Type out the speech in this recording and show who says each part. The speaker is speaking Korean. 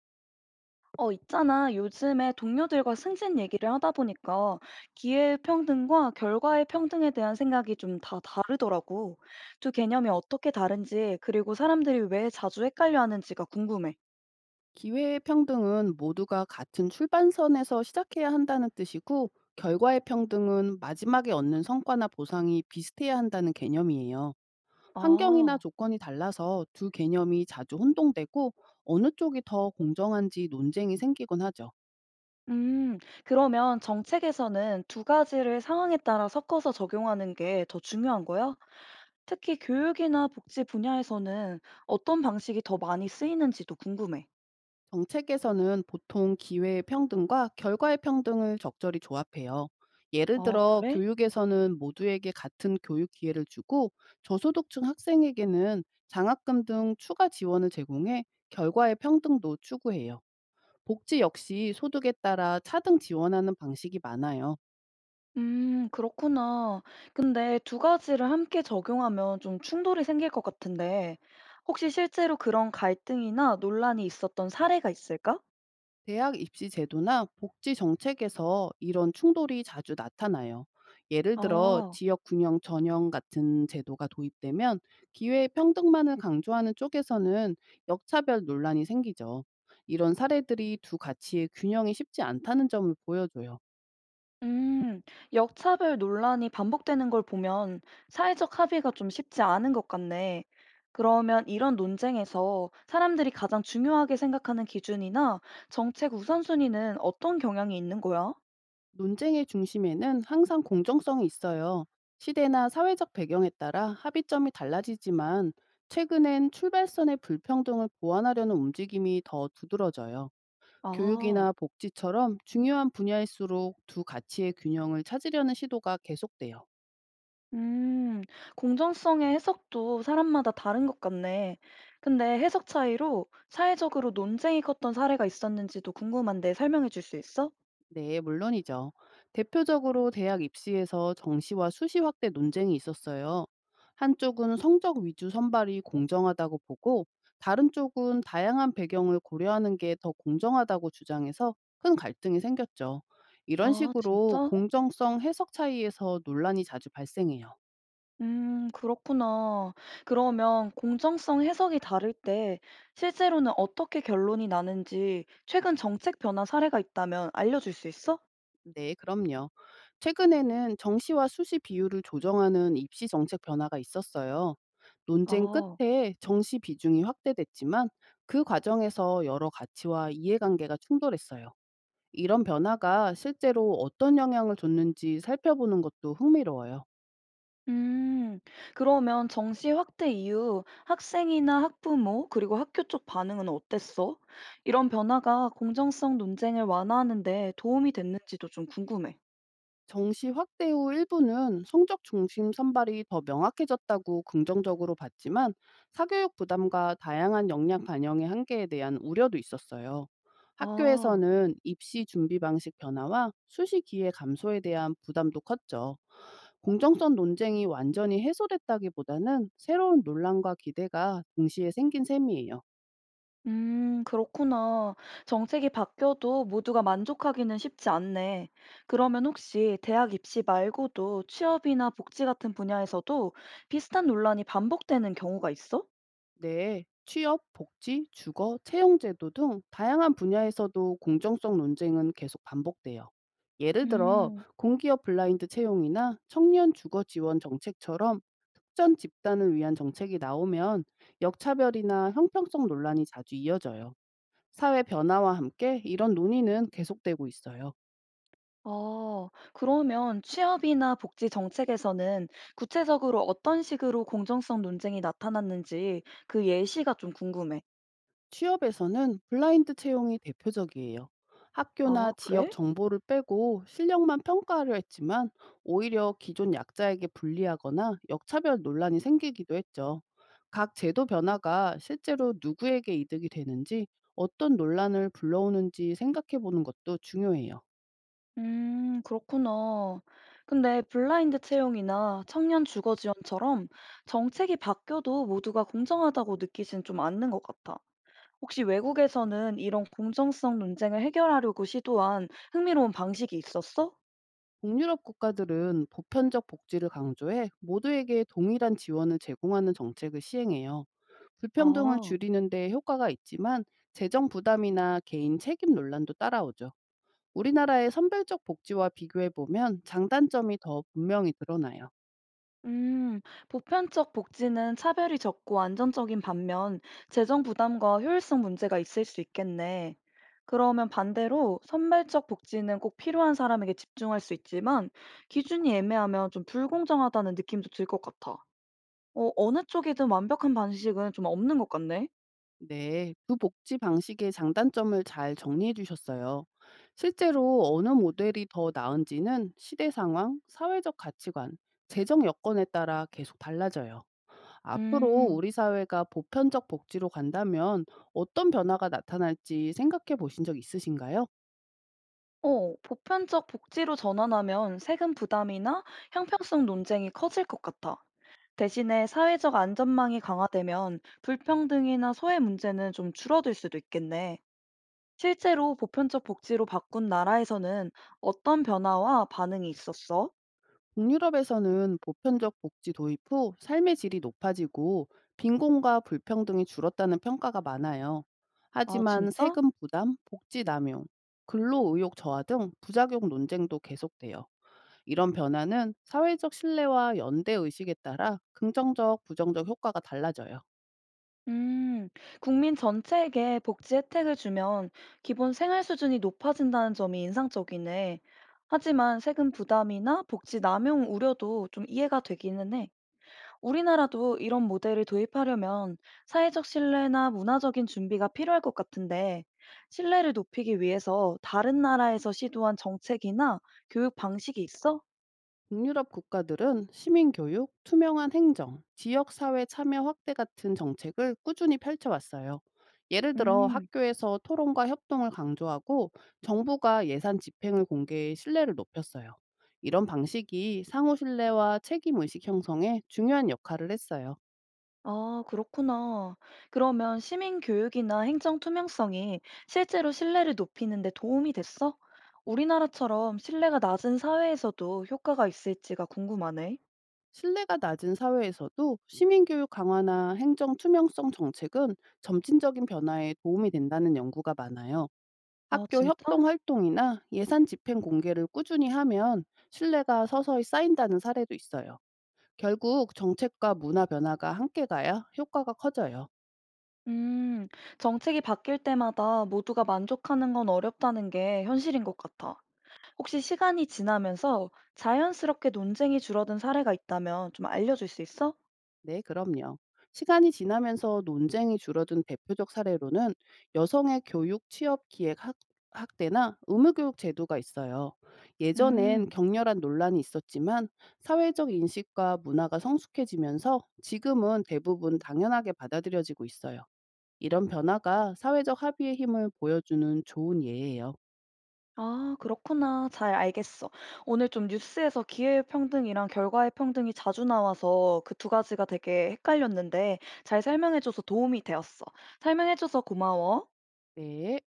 Speaker 1: 있잖아. 요즘에 동료들과 승진 얘기를 하다 보니까 기회평등과 결과의 평등에 대한 생각이 좀 다 다르더라고. 두 개념이 어떻게 다른지, 그리고 사람들이 왜 자주 헷갈려 하는지가 궁금해.
Speaker 2: 기회의 평등은 모두가 같은 출발선에서 시작해야 한다는 뜻이고, 결과의 평등은 마지막에 얻는 성과나 보상이 비슷해야 한다는 개념이에요. 환경이나
Speaker 1: 아,
Speaker 2: 조건이 달라서 두 개념이 자주 혼동되고, 어느 쪽이 더 공정한지 논쟁이 생기곤 하죠.
Speaker 1: 음, 그러면 정책에서는 두 가지를 상황에 따라 섞어서 적용하는 게 더 중요한 거야? 특히 교육이나 복지 분야에서는 어떤 방식이 더 많이 쓰이는지도 궁금해.
Speaker 2: 정책에서는 보통 기회의 평등과 결과의 평등을 적절히 조합해요. 예를
Speaker 1: 아,
Speaker 2: 들어
Speaker 1: 그래?
Speaker 2: 교육에서는 모두에게 같은 교육 기회를 주고 저소득층 학생에게는 장학금 등 추가 지원을 제공해 결과의 평등도 추구해요. 복지 역시 소득에 따라 차등 지원하는 방식이 많아요.
Speaker 1: 그렇구나. 근데 두 가지를 함께 적용하면 좀 충돌이 생길 것 같은데 혹시 실제로 그런 갈등이나 논란이 있었던 사례가 있을까?
Speaker 2: 대학 입시 제도나 복지 정책에서 이런 충돌이 자주 나타나요. 예를 들어
Speaker 1: 아.
Speaker 2: 지역 균형 전형 같은 제도가 도입되면 기회 평등만을 강조하는 쪽에서는 역차별 논란이 생기죠. 이런 사례들이 두 가치의 균형이 쉽지 않다는 점을 보여줘요.
Speaker 1: 음. 역차별 논란이 반복되는 걸 보면 사회적 합의가 좀 쉽지 않은 것 같네. 그러면 이런 논쟁에서 사람들이 가장 중요하게 생각하는 기준이나 정책 우선순위는 어떤 경향이 있는 거야?
Speaker 2: 논쟁의 중심에는 항상 공정성이 있어요. 시대나 사회적 배경에 따라 합의점이 달라지지만 최근엔 출발선의 불평등을 보완하려는 움직임이 더 두드러져요.
Speaker 1: 아.
Speaker 2: 교육이나 복지처럼 중요한 분야일수록 두 가치의 균형을 찾으려는 시도가 계속돼요.
Speaker 1: 음, 공정성의 해석도 사람마다 다른 것 같네. 근데 해석 차이로 사회적으로 논쟁이 컸던 사례가 있었는지도 궁금한데 설명해 줄 수 있어?
Speaker 2: 네, 물론이죠. 대표적으로 대학 입시에서 정시와 수시 확대 논쟁이 있었어요. 한쪽은 성적 위주 선발이 공정하다고 보고, 다른 쪽은 다양한 배경을 고려하는 게 더 공정하다고 주장해서 큰 갈등이 생겼죠. 이런
Speaker 1: 아,
Speaker 2: 식으로
Speaker 1: 진짜?
Speaker 2: 공정성 해석 차이에서 논란이 자주 발생해요.
Speaker 1: 그렇구나. 그러면 공정성 해석이 다를 때 실제로는 어떻게 결론이 나는지 최근 정책 변화 사례가 있다면 알려줄 수 있어?
Speaker 2: 네, 그럼요. 최근에는 정시와 수시 비율을 조정하는 입시 정책 변화가 있었어요. 논쟁
Speaker 1: 아.
Speaker 2: 끝에 정시 비중이 확대됐지만 그 과정에서 여러 가치와 이해관계가 충돌했어요. 이런 변화가 실제로 어떤 영향을 줬는지 살펴보는 것도 흥미로워요.
Speaker 1: 음, 그러면 정시 확대 이후 학생이나 학부모, 그리고 학교 쪽 반응은 어땠어? 이런 변화가 공정성 논쟁을 완화하는데 도움이 됐는지도 좀 궁금해.
Speaker 2: 정시 확대 후 일부는 성적 중심 선발이 더 명확해졌다고 긍정적으로 봤지만 사교육 부담과 다양한 역량 반영의 한계에 대한 우려도 있었어요.
Speaker 1: 아,
Speaker 2: 학교에서는 입시 준비 방식 변화와 수시 기회 감소에 대한 부담도 컸죠. 공정성 논쟁이 완전히 해소됐다기보다는 새로운 논란과 기대가 동시에 생긴 셈이에요.
Speaker 1: 그렇구나. 정책이 바뀌어도 모두가 만족하기는 쉽지 않네. 그러면 혹시 대학 입시 말고도 취업이나 복지 같은 분야에서도 비슷한 논란이 반복되는 경우가 있어?
Speaker 2: 네, 취업, 복지, 주거, 채용 제도 등 다양한 분야에서도 공정성 논쟁은 계속 반복돼요. 예를 들어
Speaker 1: 음.
Speaker 2: 공기업 블라인드 채용이나 청년 주거 지원 정책처럼 특정 집단을 위한 정책이 나오면 역차별이나 형평성 논란이 자주 이어져요. 사회 변화와 함께 이런 논의는 계속되고 있어요.
Speaker 1: 그러면 취업이나 복지 정책에서는 구체적으로 어떤 식으로 공정성 논쟁이 나타났는지 그 예시가 좀 궁금해.
Speaker 2: 취업에서는 블라인드 채용이 대표적이에요. 학교나
Speaker 1: 아,
Speaker 2: 지역
Speaker 1: 그래?
Speaker 2: 정보를 빼고 실력만 평가하려 했지만 오히려 기존 약자에게 불리하거나 역차별 논란이 생기기도 했죠. 각 제도 변화가 실제로 누구에게 이득이 되는지 어떤 논란을 불러오는지 생각해 보는 것도 중요해요.
Speaker 1: 그렇구나. 근데 블라인드 채용이나 청년 주거 지원처럼 정책이 바뀌어도 모두가 공정하다고 느끼진 좀 않는 것 같아. 혹시 외국에서는 이런 공정성 논쟁을 해결하려고 시도한 흥미로운 방식이 있었어?
Speaker 2: 북유럽 국가들은 보편적 복지를 강조해 모두에게 동일한 지원을 제공하는 정책을 시행해요. 불평등을
Speaker 1: 아.
Speaker 2: 줄이는 데 효과가 있지만 재정 부담이나 개인 책임 논란도 따라오죠. 우리나라의 선별적 복지와 비교해 보면 장단점이 더 분명히 드러나요.
Speaker 1: 음, 보편적 복지는 차별이 적고 안정적인 반면 재정 부담과 효율성 문제가 있을 수 있겠네. 그러면 반대로 선별적 복지는 꼭 필요한 사람에게 집중할 수 있지만 기준이 애매하면 좀 불공정하다는 느낌도 들 것 같아. 어느 쪽이든 완벽한 방식은 좀 없는 것 같네.
Speaker 2: 네, 그 복지 방식의 장단점을 잘 정리해 주셨어요. 실제로 어느 모델이 더 나은지는 시대 상황, 사회적 가치관, 재정 여건에 따라 계속 달라져요. 앞으로
Speaker 1: 음,
Speaker 2: 우리 사회가 보편적 복지로 간다면 어떤 변화가 나타날지 생각해 보신 적 있으신가요?
Speaker 1: 보편적 복지로 전환하면 세금 부담이나 형평성 논쟁이 커질 것 같아. 대신에 사회적 안전망이 강화되면 불평등이나 소외 문제는 좀 줄어들 수도 있겠네. 실제로 보편적 복지로 바꾼 나라에서는 어떤 변화와 반응이 있었어?
Speaker 2: 북유럽에서는 보편적 복지 도입 후 삶의 질이 높아지고 빈곤과 불평등이 줄었다는 평가가 많아요.
Speaker 1: 아,
Speaker 2: 하지만
Speaker 1: 진짜?
Speaker 2: 세금 부담, 복지 남용, 근로 의욕 저하 등 부작용 논쟁도 계속돼요. 이런 변화는 사회적 신뢰와 연대 의식에 따라 긍정적, 부정적 효과가 달라져요.
Speaker 1: 음, 국민 전체에게 복지 혜택을 주면 기본 생활 수준이 높아진다는 점이 인상적이네. 하지만 세금 부담이나 복지 남용 우려도 좀 이해가 되기는 해. 우리나라도 이런 모델을 도입하려면 사회적 신뢰나 문화적인 준비가 필요할 것 같은데, 신뢰를 높이기 위해서 다른 나라에서 시도한 정책이나 교육 방식이 있어?
Speaker 2: 북유럽 국가들은 시민교육, 투명한 행정, 지역사회 참여 확대 같은 정책을 꾸준히 펼쳐왔어요. 예를 들어
Speaker 1: 음,
Speaker 2: 학교에서 토론과 협동을 강조하고 정부가 예산 집행을 공개해 신뢰를 높였어요. 이런 방식이 상호 신뢰와 책임 의식 형성에 중요한 역할을 했어요.
Speaker 1: 아, 그렇구나. 그러면 시민 교육이나 행정 투명성이 실제로 신뢰를 높이는 데 도움이 됐어? 우리나라처럼 신뢰가 낮은 사회에서도 효과가 있을지가 궁금하네.
Speaker 2: 신뢰가 낮은 사회에서도 시민교육 강화나 행정 투명성 정책은 점진적인 변화에 도움이 된다는 연구가 많아요.
Speaker 1: 아,
Speaker 2: 학교
Speaker 1: 진짜?
Speaker 2: 협동 활동이나 예산 집행 공개를 꾸준히 하면 신뢰가 서서히 쌓인다는 사례도 있어요. 결국 정책과 문화 변화가 함께 가야 효과가 커져요.
Speaker 1: 음, 정책이 바뀔 때마다 모두가 만족하는 건 어렵다는 게 현실인 것 같아. 혹시 시간이 지나면서 자연스럽게 논쟁이 줄어든 사례가 있다면 좀 알려줄 수 있어?
Speaker 2: 네, 그럼요. 시간이 지나면서 논쟁이 줄어든 대표적 사례로는 여성의 교육 취업 기획 학대나 의무교육 제도가 있어요. 예전엔
Speaker 1: 음,
Speaker 2: 격렬한 논란이 있었지만 사회적 인식과 문화가 성숙해지면서 지금은 대부분 당연하게 받아들여지고 있어요. 이런 변화가 사회적 합의의 힘을 보여주는 좋은 예예요.
Speaker 1: 아, 그렇구나. 잘 알겠어. 오늘 좀 뉴스에서 기회평등이랑 결과의평등이 자주 나와서 그 두 가지가 되게 헷갈렸는데 잘 설명해줘서 도움이 되었어. 설명해줘서 고마워.
Speaker 2: 네.